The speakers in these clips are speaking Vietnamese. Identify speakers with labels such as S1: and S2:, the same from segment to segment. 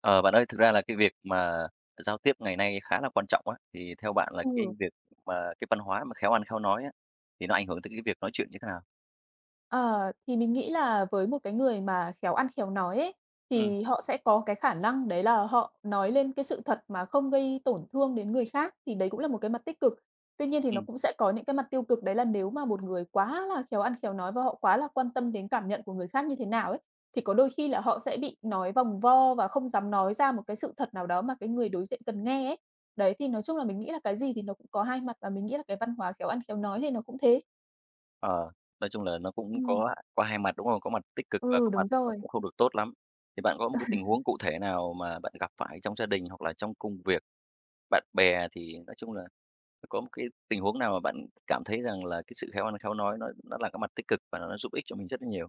S1: Ờ, bạn ơi, thực ra là cái việc mà giao tiếp ngày nay khá là quan trọng á, thì theo bạn là cái
S2: Ừ,
S1: việc mà cái văn hóa mà khéo ăn khéo nói á, thì nó ảnh hưởng tới cái việc nói chuyện như thế nào?
S2: ờ, thì mình nghĩ là với một cái người mà khéo ăn khéo nói ấy,
S1: ừ
S2: thì họ sẽ có cái khả năng đấy là họ nói lên cái sự thật mà không gây tổn thương đến người khác, thì đấy cũng là một cái mặt tích cực. Tuy nhiên thì
S1: ừ
S2: nó cũng sẽ có những cái mặt tiêu cực, đấy là nếu mà một người quá là khéo ăn khéo nói và họ quá là quan tâm đến cảm nhận của người khác như thế nào ấy, thì có đôi khi là họ sẽ bị nói vòng vo và không dám nói ra một cái sự thật nào đó mà cái người đối diện cần nghe ấy. Đấy, thì nói chung là mình nghĩ là cái gì thì nó cũng có hai mặt và mình nghĩ là cái văn hóa khéo ăn khéo nói thì nó cũng thế.
S1: ờ, nói chung là nó cũng
S2: Ừm.
S1: có hai mặt, đúng không? Có mặt tích cực và có
S2: Ừ, đúng
S1: mặt nó
S2: rồi.
S1: cũng không được tốt lắm. Thì bạn có một cái tình huống cụ thể nào mà bạn gặp phải trong gia đình hoặc là trong công việc, bạn bè thì nói chung là có một cái tình huống nào mà bạn cảm thấy rằng là cái sự khéo ăn khéo nói nó là cái mặt tích cực và nó giúp ích cho mình rất là nhiều?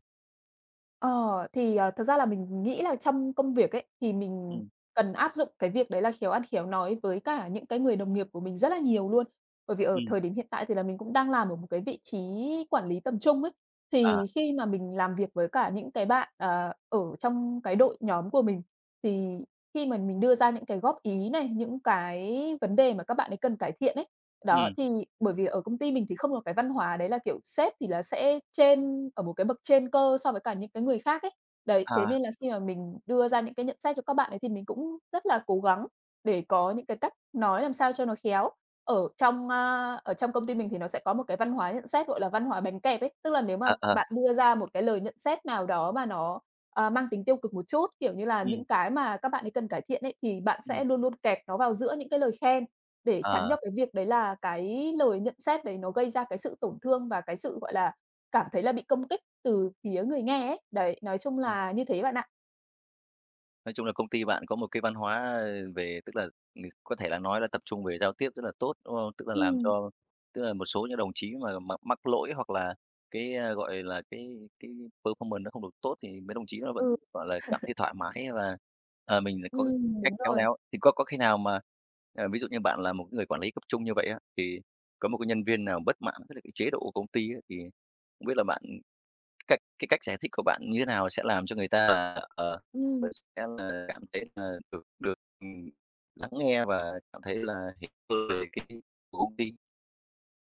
S2: Ờ, thật ra là mình nghĩ là trong công việc ấy, thì mình
S1: Ừ,
S2: cần áp dụng cái việc đấy là khéo ăn khéo nói với cả những cái người đồng nghiệp của mình rất là nhiều luôn. Bởi vì
S1: ừ,
S2: ở thời điểm hiện tại thì là mình cũng đang làm ở một cái vị trí quản lý tầm trung ấy,
S1: à,
S2: thì khi mà mình làm việc với cả những cái bạn, ở trong cái đội nhóm của mình, thì khi mà mình đưa ra những cái góp ý này, những cái vấn đề mà các bạn ấy cần cải thiện ấy, đó,
S1: ừm,
S2: thì bởi vì ở công ty mình thì không có cái văn hóa đấy là, kiểu, sếp thì là sẽ trên ở một cái bậc trên cơ so với cả những cái người khác ấy. Đấy, thế
S1: à,
S2: nên là khi mà mình đưa ra những cái nhận xét cho các bạn ấy thì mình cũng rất là cố gắng để có những cái cách nói làm sao cho nó khéo. Ở trong công ty mình thì nó sẽ có một cái văn hóa nhận xét, gọi là, văn hóa bánh kẹp ấy, tức là nếu mà
S1: ờ, ờ.
S2: bạn đưa ra một cái lời nhận xét nào đó mà nó, mang tính tiêu cực một chút, kiểu như là, những cái mà các bạn ấy cần cải thiện ấy, thì bạn
S1: Ừm,
S2: sẽ luôn luôn kẹp nó vào giữa những cái lời khen. Để tránh cho
S1: ờ,
S2: cái việc đấy là cái lời nhận xét đấy nó gây ra cái sự tổn thương và cái sự, gọi là, cảm thấy là bị công kích từ phía người nghe ấy. Đấy, nói chung
S1: ừ.
S2: là như thế bạn ạ.
S1: Nói chung là công ty bạn có một cái văn hóa về tức là, có thể là nói là tập trung về giao tiếp rất là tốt, đúng không? Tức là làm
S2: Ừm.
S1: cho tức là một số những đồng chí mà mắc lỗi hoặc là cái, gọi là, cái performance nó không được tốt thì mấy đồng chí nó
S2: Ừ,
S1: vẫn, gọi là, cảm thấy thoải mái và, mình lại có cái cách
S2: đúng
S1: khéo
S2: rồi.
S1: léo. Thì có khi nào mà, ví dụ như bạn là một người quản lý cấp trung như vậy á, thì có một cái nhân viên nào bất mãn với lại cái chế độ của công ty á, thì không biết là bạn cái cách giải thích của bạn như thế nào sẽ làm cho người ta ờ mình
S2: Ừm.
S1: sẽ là cảm thấy là được được, ừm, lắng nghe và cảm thấy là hiểu về cái của công ty.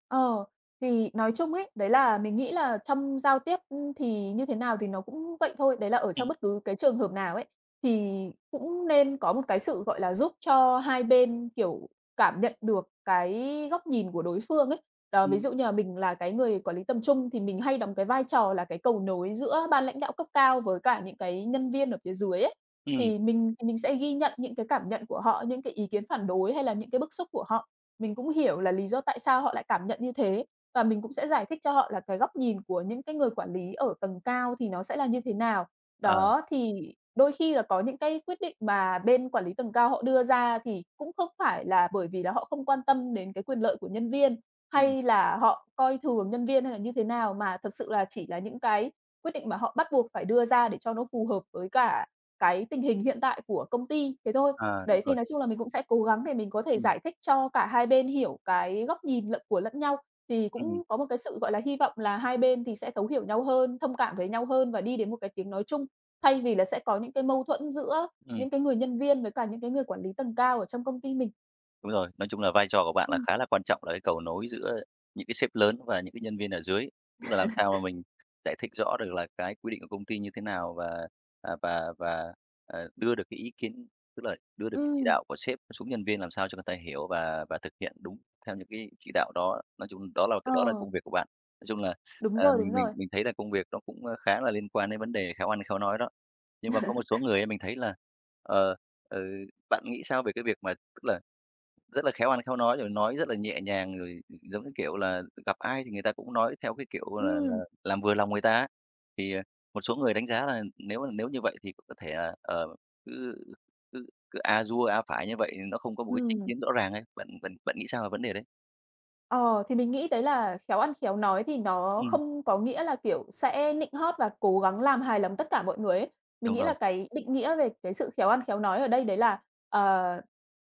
S2: Ờ, thì nói chung ấy, đấy là mình nghĩ là trong giao tiếp, thì như thế nào thì nó cũng vậy thôi. Đấy là ở trong
S1: Ừm,
S2: bất cứ cái trường hợp nào ấy, thì cũng nên có một cái sự, gọi là, giúp cho hai bên, kiểu, cảm nhận được cái góc nhìn của đối phương ấy. Đó, ví
S1: ừm,
S2: dụ như là mình là cái người quản lý tầm trung thì mình hay đóng cái vai trò là cái cầu nối giữa ban lãnh đạo cấp cao với cả những cái nhân viên ở phía dưới ấy.
S1: ừm,
S2: Thì mình sẽ ghi nhận những cái cảm nhận của họ, những cái ý kiến phản đối hay là những cái bức xúc của họ. Mình cũng hiểu là lý do tại sao họ lại cảm nhận như thế, và mình cũng sẽ giải thích cho họ là cái góc nhìn của những cái người quản lý ở tầng cao thì nó sẽ là như thế nào.
S1: ờ,
S2: Đó, thì đôi khi là có những cái quyết định mà bên quản lý tầng cao họ đưa ra thì cũng không phải là bởi vì là họ không quan tâm đến cái quyền lợi của nhân viên,
S1: ừm,
S2: hay là họ coi thường nhân viên hay là như thế nào, mà thật sự là chỉ là những cái quyết định mà họ bắt buộc phải đưa ra để cho nó phù hợp với cả cái tình hình hiện tại của công ty thế thôi.
S1: ờ, đúng
S2: Đấy, thì
S1: rồi.
S2: nói chung là mình cũng sẽ cố gắng để mình có thể
S1: Ừm,
S2: giải thích cho cả hai bên hiểu cái góc nhìn lẫn của lẫn nhau, thì
S1: ừm,
S2: cũng có một cái sự, gọi là, hy vọng là hai bên thì sẽ thấu hiểu nhau hơn, thông cảm với nhau hơn và đi đến một cái tiếng nói chung, thay vì là sẽ có những cái mâu thuẫn giữa
S1: ừm.
S2: những cái người nhân viên với cả những cái người quản lý tầng cao ở trong công ty mình.
S1: Đúng rồi, nói chung là vai trò của bạn là
S2: Ừm.
S1: khá là quan trọng là cái cầu nối giữa những cái sếp lớn và những cái nhân viên ở dưới. Tức là làm sao mà mình giải thích rõ được là cái quy định của công ty như thế nào và, à, và và, ờ, đưa được cái ý kiến, tức là đưa được cái chỉ
S2: Ừm.
S1: đạo của sếp xuống nhân viên làm sao cho người ta hiểu và thực hiện đúng theo những cái chỉ đạo đó. Nói chung đó là
S2: Ờ,
S1: công việc của bạn. Nói chung là,
S2: đúng rồi,
S1: mình
S2: đúng
S1: mình
S2: rồi.
S1: mình thấy là công việc nó cũng, khá là liên quan đến vấn đề khéo ăn khéo nói đó. Nhưng mà có một số người ấy mình thấy là, ờ, bạn nghĩ sao về cái việc mà tức là rất là khéo ăn khéo nói, rồi nói rất là nhẹ nhàng, rồi, giống như kiểu là, gặp ai thì người ta cũng nói theo cái kiểu là
S2: Ừm.
S1: làm vừa lòng người ta á. Thì, một số người đánh giá là nếu như vậy thì cũng có thể là, cứ cứ cứ a dua a phải như vậy nó không có một cái chính
S2: Ừm.
S1: kiến rõ ràng ấy. Bạn bạn bạn nghĩ sao về vấn đề đấy?
S2: Ờ, thì mình nghĩ đấy là khéo ăn khéo nói thì nó
S1: Ừm,
S2: không có nghĩa là, kiểu, sẽ nịnh hót và cố gắng làm hài lòng tất cả mọi người ấy. Mình
S1: đúng
S2: nghĩ
S1: rồi,
S2: là cái định nghĩa về cái sự khéo ăn khéo nói ở đây đấy là, ờ,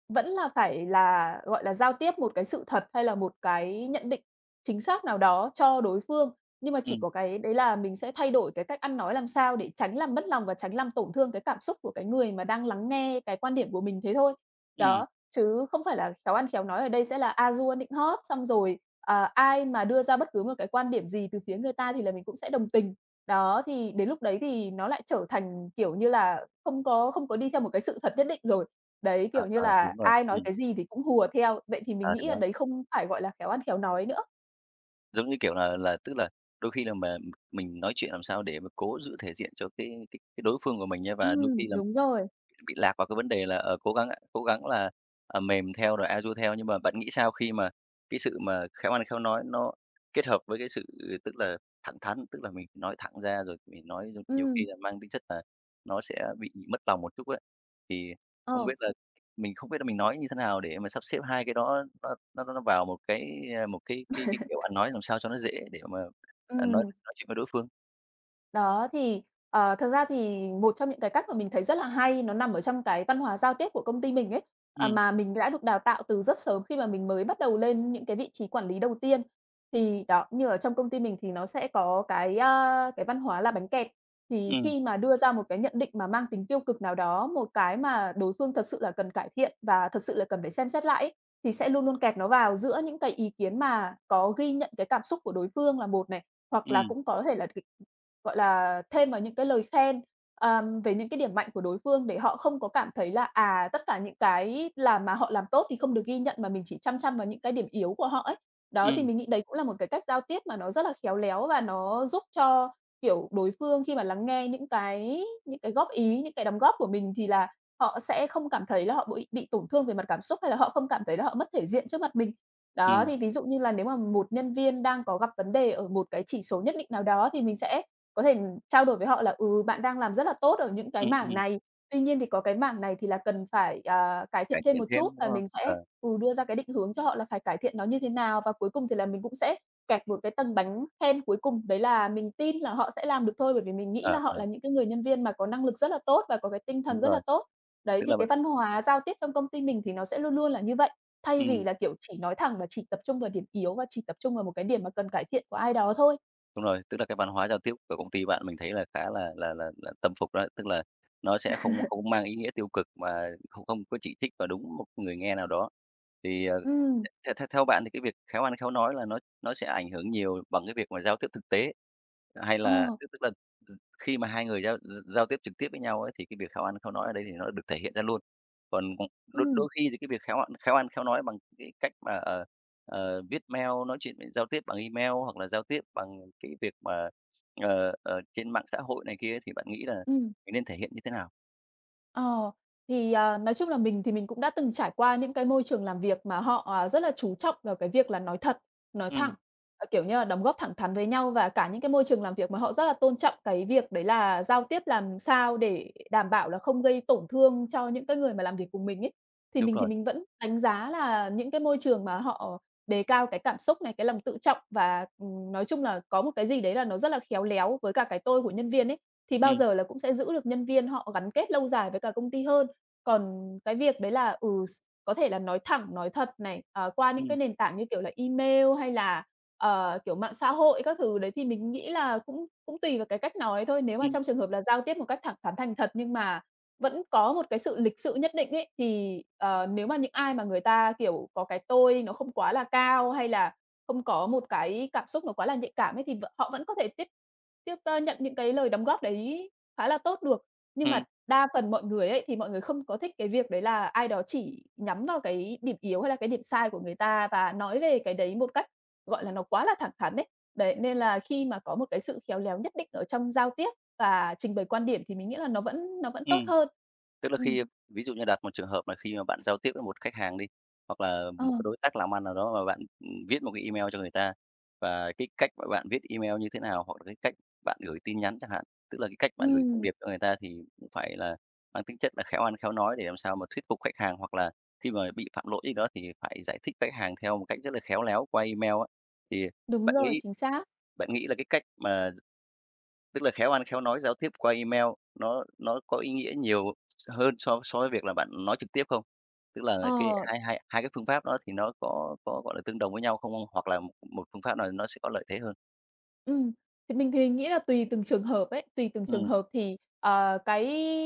S2: vẫn là phải là, gọi là, giao tiếp một cái sự thật hay là một cái nhận định chính xác nào đó cho đối phương. Nhưng mà chỉ
S1: ừm,
S2: có cái đấy là mình sẽ thay đổi cái cách ăn nói làm sao để tránh làm mất lòng và tránh làm tổn thương cái cảm xúc của cái người mà đang lắng nghe cái quan điểm của mình thế thôi.
S1: ừm,
S2: Đó. Chứ không phải là khéo ăn khéo nói ở đây sẽ là a dua nịnh hót, xong rồi, ai mà đưa ra bất cứ một cái quan điểm gì từ phía người ta thì là mình cũng sẽ đồng tình. Đó, thì đến lúc đấy thì nó lại trở thành, kiểu như là, không có đi theo một cái sự thật nhất định rồi. Đấy,
S1: ờ,
S2: kiểu như
S1: ờ, thì
S2: là,
S1: đúng rồi,
S2: ai nói cái gì thì cũng hùa theo, vậy thì mình
S1: ờ, thì
S2: nghĩ là
S1: đó.
S2: đấy không phải gọi là khéo ăn khéo nói nữa.
S1: Giống như kiểu là tức là đôi khi là mà mình nói chuyện làm sao để mà cố giữ thể diện cho cái đối phương của mình nhé và đôi khi là
S2: Đúng rồi.
S1: bị lạc vào cái vấn đề là, cố gắng là, mềm theo rồi a theo. Nhưng mà bạn nghĩ sao khi mà cái sự mà khéo ăn khéo nói nó kết hợp với cái sự tức là thẳng thắn, tức là mình nói thẳng ra rồi mình nói nhiều khi
S2: ừ
S1: là mang tính chất là nó sẽ bị mất lòng một chút ấy. Thì không biết
S2: ờ.
S1: là không biết là mình nói như thế nào để mà sắp xếp hai cái đó nó vào một cái kiểu ăn nói làm sao cho nó dễ để mà,
S2: Ừm.
S1: nói chuyện với đối phương?
S2: Đó, thì, thật ra thì một trong những cái cách mà mình thấy rất là hay nó nằm ở trong cái văn hóa giao tiếp của công ty mình ấy,
S1: Ừm,
S2: mà mình đã được đào tạo từ rất sớm khi mà mình mới bắt đầu lên những cái vị trí quản lý đầu tiên. Thì đó, như ở trong công ty mình thì nó sẽ có cái văn hóa là bánh kẹp, thì
S1: ừm,
S2: khi mà đưa ra một cái nhận định mà mang tính tiêu cực nào đó, một cái mà đối phương thật sự là cần cải thiện và thật sự là cần phải xem xét lại ấy, thì sẽ luôn luôn kẹp nó vào giữa những cái ý kiến mà có ghi nhận cái cảm xúc của đối phương là một này, hoặc là
S1: ừm,
S2: cũng có thể là gọi là, thêm vào những cái lời khen, về những cái điểm mạnh của đối phương để họ không có cảm thấy là, tất cả những cái làm mà họ làm tốt thì không được ghi nhận mà mình chỉ chăm chăm vào những cái điểm yếu của họ ấy. Đó, thì
S1: ừm,
S2: mình nghĩ đấy cũng là một cái cách giao tiếp mà nó rất là khéo léo và nó giúp cho, kiểu, đối phương khi mà lắng nghe những cái góp ý, những cái đóng góp của mình thì là họ sẽ không cảm thấy là họ bị tổn thương về mặt cảm xúc, hay là họ không cảm thấy là họ mất thể diện trước mặt mình. Đó,
S1: ừm,
S2: thì ví dụ như là nếu mà một nhân viên đang có gặp vấn đề ở một cái chỉ số nhất định nào đó thì mình sẽ có thể trao đổi với họ là "Ừ, bạn đang làm rất là tốt ở những cái
S1: ừm,
S2: mảng
S1: ừm,
S2: này, tuy nhiên thì có cái mảng này thì là cần phải, cải thiện
S1: cải
S2: thêm
S1: thiện
S2: một chút."
S1: thêm, đúng
S2: Và
S1: không?
S2: mình sẽ,
S1: Ờ.
S2: đưa ra cái định hướng cho họ là phải cải thiện nó như thế nào, và cuối cùng thì là mình cũng sẽ kẹt một cái tầng bánh then cuối cùng, đấy là mình tin là họ sẽ làm được thôi, bởi vì mình nghĩ
S1: Ờ,
S2: là họ
S1: ờ,
S2: là những cái người nhân viên mà có năng lực rất là tốt và có cái tinh
S1: đúng
S2: thần rất
S1: rồi,
S2: là tốt. Đấy,
S1: tức
S2: thì
S1: là
S2: cái
S1: bạn
S2: văn hóa giao tiếp trong công ty mình thì nó sẽ luôn luôn là như vậy, thay
S1: ừm,
S2: vì là, kiểu, chỉ nói thẳng và chỉ tập trung vào điểm yếu và chỉ tập trung vào một cái điểm mà cần cải thiện của ai đó thôi.
S1: đúng rồi, tức là cái văn hóa giao tiếp của công ty bạn mình thấy là khá là tâm phục đó, tức là nó sẽ không không mang ý nghĩa tiêu cực mà không không có chỉ trích vào đúng một người nghe nào đó. Thì,
S2: Ừm,
S1: theo theo theo bạn thì cái việc khéo ăn khéo nói là nó sẽ ảnh hưởng nhiều bằng cái việc mà giao tiếp thực tế, hay là
S2: ờ,
S1: tức tức là khi mà hai người giao tiếp trực tiếp với nhau ấy, thì cái việc khéo ăn khéo nói ở đây thì nó được thể hiện ra luôn, còn Đôi
S2: ừm,
S1: đôi khi thì cái việc khéo ăn khéo nói bằng cái cách mà, viết mail, nói chuyện với giao tiếp bằng email hoặc là giao tiếp bằng cái việc mà, trên mạng xã hội này kia thì bạn nghĩ là
S2: ừm.
S1: mình nên thể hiện như thế nào?
S2: Ờ, nói chung là mình thì mình cũng đã từng trải qua những cái môi trường làm việc mà họ, rất là chú trọng vào cái việc là nói thật, nói
S1: Ừm,
S2: thẳng, kiểu như là đóng góp thẳng thắn với nhau, và cả những cái môi trường làm việc mà họ rất là tôn trọng cái việc đấy là giao tiếp làm sao để đảm bảo là không gây tổn thương cho những cái người mà làm việc cùng mình ấy. Thì
S1: đúng
S2: mình thì
S1: rồi.
S2: mình vẫn đánh giá là những cái môi trường mà họ đề cao cái cảm xúc này, cái lòng tự trọng, và nói chung là có một cái gì đấy là nó rất là khéo léo với cả cái tôi của nhân viên ấy, thì bao
S1: Ừm,
S2: giờ là cũng sẽ giữ được nhân viên họ gắn kết lâu dài với cả công ty hơn. Còn cái việc đấy là, ừ, s có thể là nói thẳng, nói thật này, qua những
S1: ừm,
S2: cái nền tảng như kiểu là email hay là, mạng xã hội các thứ đấy, thì mình nghĩ là cũng cũng tùy vào cái cách nói thôi. Nếu mà
S1: ừm,
S2: trong trường hợp là giao tiếp một cách thẳng thắn, thành thật nhưng mà vẫn có một cái sự lịch sự nhất định ấy, thì, nếu mà những ai mà người ta, kiểu, có cái tôi nó không quá là cao, hay là không có một cái cảm xúc nó quá là nhạy cảm ấy, thì họ vẫn có thể tiếp tiếp, ơ, nhận những cái lời đóng góp đấy khá là tốt được. Nhưng
S1: ừm,
S2: mà đa phần mọi người ấy, thì mọi người không có thích cái việc đấy là ai đó chỉ nhắm vào cái điểm yếu hay là cái điểm sai của người ta và nói về cái đấy một cách, gọi là, nó quá là thẳng thắn ấy. Đấy, nên là khi mà có một cái sự khéo léo nhất định ở trong giao tiếp và trình bày quan điểm, thì mình nghĩ là nó vẫn tốt
S1: ừm.
S2: hơn.
S1: Tức là
S2: Ừm,
S1: khi ví dụ như đặt một trường hợp là khi mà bạn giao tiếp với một khách hàng đi, hoặc là
S2: ờ,
S1: một cái đối tác làm ăn nào đó mà bạn, viết một cái email cho người ta, và cái cách mà bạn viết email như thế nào, hoặc là cái cách bạn gửi tin nhắn chẳng hạn, tức là cái cách bạn gửi thông
S2: ừm,
S1: điệp cho người ta thì cũng phải là mang tính chất là khéo ăn khéo nói để làm sao mà thuyết phục khách hàng, hoặc là khi mà bị phạm lỗi gì đó thì phải giải thích khách hàng theo một cách rất là khéo léo qua email á. Thì
S2: đúng
S1: bạn
S2: rồi,
S1: nghĩ
S2: chính xác.
S1: bạn nghĩ là cái cách mà tức là khéo ăn khéo nói giao tiếp qua email nó có ý nghĩa nhiều hơn so so với việc là bạn nói trực tiếp không? Tức là cái
S2: Ờ.
S1: hai hai hai cái phương pháp đó thì nó có, gọi là, tương đồng với nhau không? Hoặc là một một phương pháp nào nó sẽ có lợi thế hơn?
S2: Ừm, thì mình nghĩ là tùy từng trường hợp ấy. Tùy từng trường
S1: Ừm,
S2: hợp thì, cái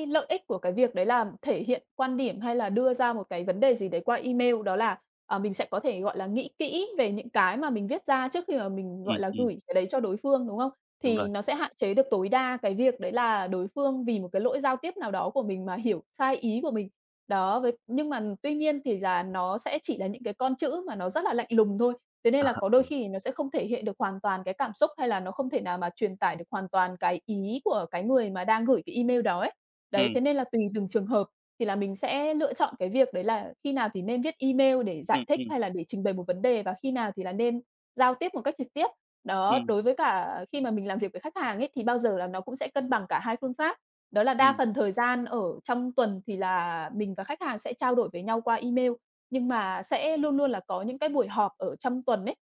S2: lợi ích của cái việc đấy là thể hiện quan điểm hay là đưa ra một cái vấn đề gì đấy qua email, đó là, mình sẽ có thể, gọi là, nghĩ kỹ về những cái mà mình viết ra trước khi mà mình, gọi
S1: ừm,
S2: là,
S1: ừm,
S2: gửi cái đấy cho đối phương, đúng không?
S1: đúng rồi.
S2: Thì nó sẽ hạn chế được tối đa cái việc đấy là đối phương vì một cái lỗi giao tiếp nào đó của mình mà hiểu sai ý của mình. Đó, với nhưng mà tuy nhiên thì là nó sẽ chỉ là những cái con chữ mà nó rất là lạnh lùng thôi. Thế nên là
S1: Ờ,
S2: có đôi
S1: ừ.
S2: khi nó sẽ không thể hiện được hoàn toàn cái cảm xúc, hay là nó không thể nào mà truyền tải được hoàn toàn cái ý của cái người mà đang gửi cái email đó ấy. Đấy,
S1: Ừm,
S2: thế nên là tùy từng trường hợp thì là mình sẽ lựa chọn cái việc đấy là khi nào thì nên viết email để giải
S1: ừm,
S2: thích
S1: ừm,
S2: hay là để trình bày một vấn đề, và khi nào thì là nên giao tiếp một cách trực tiếp. Đó, đối với cả khi mà mình làm việc với khách hàng ấy, thì bao giờ là nó cũng sẽ cân bằng cả hai phương pháp. Đó là đa phần thời gian ở trong tuần thì là mình và khách hàng sẽ trao đổi với nhau qua email, nhưng mà sẽ luôn luôn là có những cái buổi họp ở trong tuần ấy,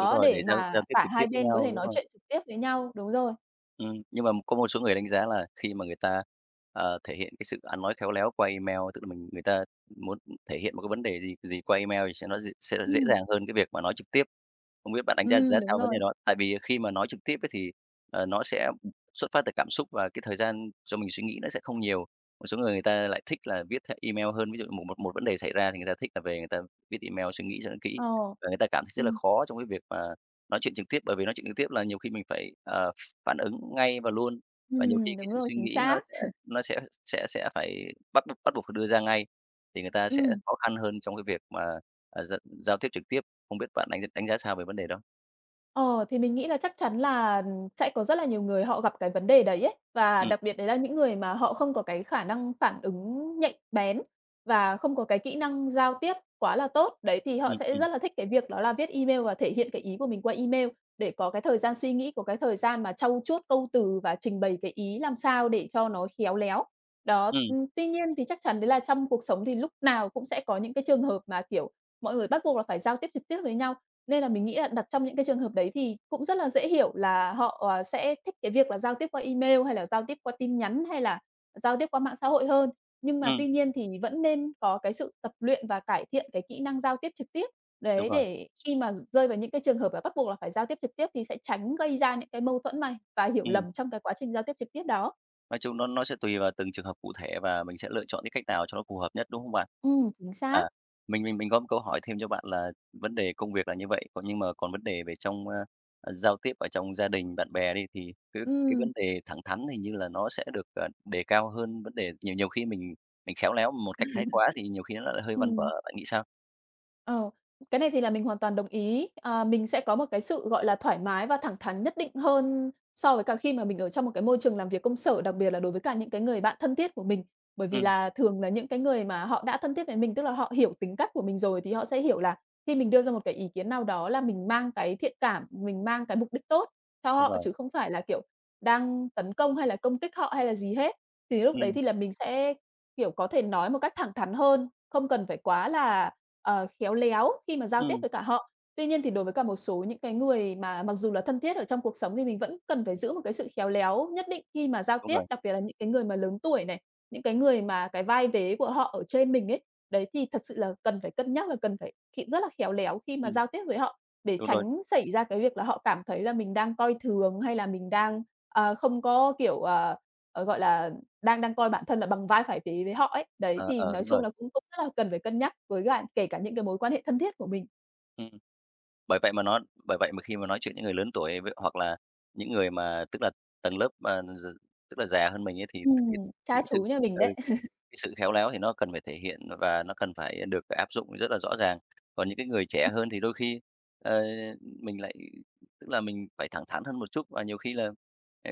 S1: đúng rồi, để
S2: để
S1: giao
S2: mà
S1: giao tiếp
S2: cả
S1: trực tiếp
S2: hai
S1: với
S2: bên có
S1: nhau,
S2: thể
S1: đúng
S2: nói
S1: rồi.
S2: chuyện trực tiếp với nhau. Đúng rồi.
S1: Nhưng mà có một số người đánh giá là khi mà người ta, thể hiện cái sự ăn nói khéo léo qua email, tức là người ta muốn thể hiện một cái vấn đề gì gì qua email thì sẽ nó d sẽ dễ
S2: Ừm,
S1: dàng hơn cái việc mà nói trực tiếp. Không biết bạn đánh giá giá
S2: đúng
S1: sao vấn
S2: rồi.
S1: đề đó? Tại vì khi mà nói trực tiếp ấy thì, nó sẽ xuất phát từ cảm xúc và cái thời gian cho mình suy nghĩ nó sẽ không nhiều. Một số người người ta lại thích là viết theo email hơn, ví dụ một một một vấn đề xảy ra thì người ta thích là về người ta viết email suy nghĩ cho nó kỹ,
S2: Ờ,
S1: và người ta cảm thấy rất là
S2: ừm,
S1: khó trong cái việc mà nói chuyện trực tiếp, bởi vì nói chuyện trực tiếp là nhiều khi mình phải, phản ứng ngay và luôn. Và nhiều khi cái
S2: đúng
S1: sự
S2: rồi,
S1: suy
S2: chính
S1: nghĩ nó
S2: xác.
S1: sẽ nó sẽ sẽ sẽ phải bắt buộc phải đưa ra ngay, thì người ta sẽ
S2: Ừm.
S1: khó khăn hơn trong cái việc mà, giao giao tiếp trực tiếp. Không biết bạn đánh đánh giá sao về vấn đề đó?
S2: Ờ, thì mình nghĩ là chắc chắn là, sẽ có rất là nhiều người họ gặp cái vấn đề đấy ấy, và
S1: Ừm,
S2: đặc biệt đấy là những người mà họ không có cái khả năng phản ứng nhạy bén và không có cái kỹ năng giao tiếp quá là tốt. Đấy, thì họ
S1: ừm,
S2: sẽ
S1: ừm,
S2: rất là thích cái việc đó là viết email và thể hiện cái ý của mình qua email, để có cái thời gian suy nghĩ, có cái thời gian mà trau chuốt câu từ và trình bày cái ý làm sao để cho nó khéo léo. Đó,
S1: ừm,
S2: tuy nhiên thì chắc chắn đấy là trong cuộc sống thì lúc nào cũng sẽ có những cái trường hợp mà, kiểu, mọi người bắt buộc là phải giao tiếp trực tiếp với nhau. Nên là mình nghĩ là đặt trong những cái trường hợp đấy thì cũng rất là dễ hiểu là họ, sẽ thích cái việc là giao tiếp qua email hay là giao tiếp qua tin nhắn hay là giao tiếp qua mạng xã hội hơn. Nhưng mà
S1: ừm,
S2: tuy nhiên thì vẫn nên có cái sự tập luyện và cải thiện cái kỹ năng giao tiếp trực tiếp,
S1: đúng
S2: đấy,
S1: rồi,
S2: để khi mà rơi vào những cái trường hợp là bắt buộc là phải giao tiếp trực tiếp thì sẽ tránh gây ra những cái mâu thuẫn này và hiểu
S1: ừm.
S2: lầm trong cái quá trình giao tiếp trực tiếp đó.
S1: Nói chung nó sẽ tùy vào từng trường hợp cụ thể và mình sẽ lựa chọn cái cách nào cho nó phù hợp nhất, đúng không bạn?
S2: Chính
S1: À,
S2: xác.
S1: mình có một câu hỏi thêm cho bạn là vấn đề công việc là như vậy, còn nhưng mà còn vấn đề về trong, giao tiếp ở trong gia đình, bạn bè đi, thì cái
S2: Ừm,
S1: vấn đề thẳng thắn hình như là nó sẽ được, đề cao hơn vấn đề nhiều nhiều khi mình khéo léo một cách thái quá thì nhiều khi nó lại hơi văn
S2: ừm.
S1: vở, bạn nghĩ sao?
S2: Ờ, cái này thì là mình hoàn toàn đồng ý. À, mình sẽ có một cái sự, gọi là, thoải mái và thẳng thắn nhất định hơn so với cả khi mà mình ở trong một cái môi trường làm việc công sở, đặc biệt là đối với cả những cái người bạn thân thiết của mình. Bởi vì
S1: Ừm,
S2: là thường là những cái người mà họ đã thân thiết với mình, tức là họ hiểu tính cách của mình rồi, thì họ sẽ hiểu là khi mình đưa ra một cái ý kiến nào đó là mình mang cái thiện cảm, mình mang cái mục đích tốt cho
S1: đúng
S2: họ,
S1: rồi,
S2: chứ không phải là, kiểu, đang tấn công hay là công kích họ hay là gì hết. Thì lúc đấy
S1: ừm,
S2: thì là mình sẽ, kiểu, có thể nói một cách thẳng thắn hơn, không cần phải quá là, khéo léo khi mà giao tiếp
S1: ừm,
S2: với cả họ. Tuy nhiên thì đối với cả một số những cái người mà mặc dù là thân thiết ở trong cuộc sống, thì mình vẫn cần phải giữ một cái sự khéo léo nhất định khi mà giao
S1: đúng
S2: tiếp,
S1: rồi,
S2: đặc biệt là những cái người mà lớn tuổi này, những cái người mà cái vai vế của họ ở trên mình ấy. Đấy, thì thật sự là cần phải cân nhắc và cần phải khi rất là khéo léo khi mà
S1: ừm,
S2: giao tiếp với họ, để
S1: đúng rồi,
S2: tránh xảy ra cái việc là họ cảm thấy là mình đang coi thường, hay là mình đang, không có, kiểu, gọi là đang đang coi bản thân là bằng vai phải vế với họ ấy. Đấy,
S1: ờ,
S2: thì
S1: ờ,
S2: nói
S1: đúng
S2: chung
S1: rồi,
S2: là cũng cũng rất là cần phải cân nhắc với cả kể cả những cái mối quan hệ thân thiết của mình.
S1: ừm. Bởi vậy mà nó Bởi vậy mà khi mà nói chuyện những người lớn tuổi với hoặc là những người mà tức là tầng lớp, mà d tức là già hơn mình ấy, thì cái
S2: Ừm.
S1: cái
S2: Cha chú
S1: sự
S2: nhà mình
S1: ừ,
S2: đấy.
S1: cái sự khéo léo thì nó cần phải thể hiện và nó cần phải được áp dụng rất là rõ ràng. Còn những cái người trẻ hơn thì đôi khi, ờ, mình lại tức là mình phải thẳng thắn hơn một chút và ờ,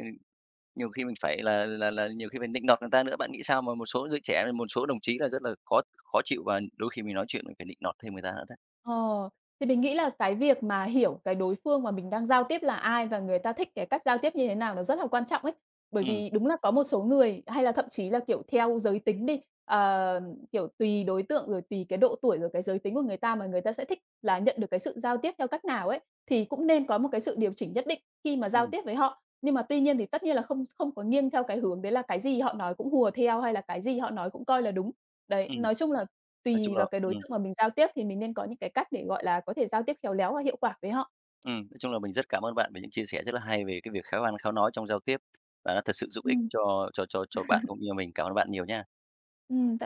S1: nhiều khi mình phải là nhiều khi phải định nọt người ta nữa. Bạn nghĩ sao mà một số giới trẻ, một số đồng chí là rất là khó khó chịu và đôi khi mình nói chuyện mình phải định nọt thêm người ta nữa đấy.
S2: Ờ, thì mình nghĩ là cái việc mà hiểu cái đối phương mà mình đang giao tiếp là ai và người ta thích cái cách giao tiếp như thế nào, nó rất là quan trọng ấy. Bởi
S1: Ừm,
S2: vì đúng là có một số người hay là thậm chí là, kiểu, theo giới tính đi, kiểu, tùy đối tượng, rồi tùy cái độ tuổi, rồi cái giới tính của người ta mà người ta sẽ thích là nhận được cái sự giao tiếp theo cách nào ấy, thì cũng nên có một cái sự điều chỉnh nhất định khi mà giao
S1: ừm,
S2: tiếp với họ. Nhưng mà tuy nhiên thì tất nhiên là không không có nghiêng theo cái hướng đấy là cái gì họ nói cũng hùa theo, hay là cái gì họ nói cũng coi là đúng. Đấy,
S1: ừm.
S2: nói chung là
S1: Nói chung
S2: tùy
S1: là
S2: vào cái đối
S1: ừm,
S2: tượng mà mình giao tiếp thì mình nên có những cái cách để, gọi là, có thể giao tiếp khéo léo và hiệu quả với họ.
S1: nói chung là mình rất cảm ơn bạn về những chia sẻ rất là hay về cái việc khéo ăn khéo nói trong giao tiếp, và nó thật sự giúp ích
S2: Ừm,
S1: cho bạn cũng như mình. Cảm ơn bạn nhiều nha.
S2: ừm.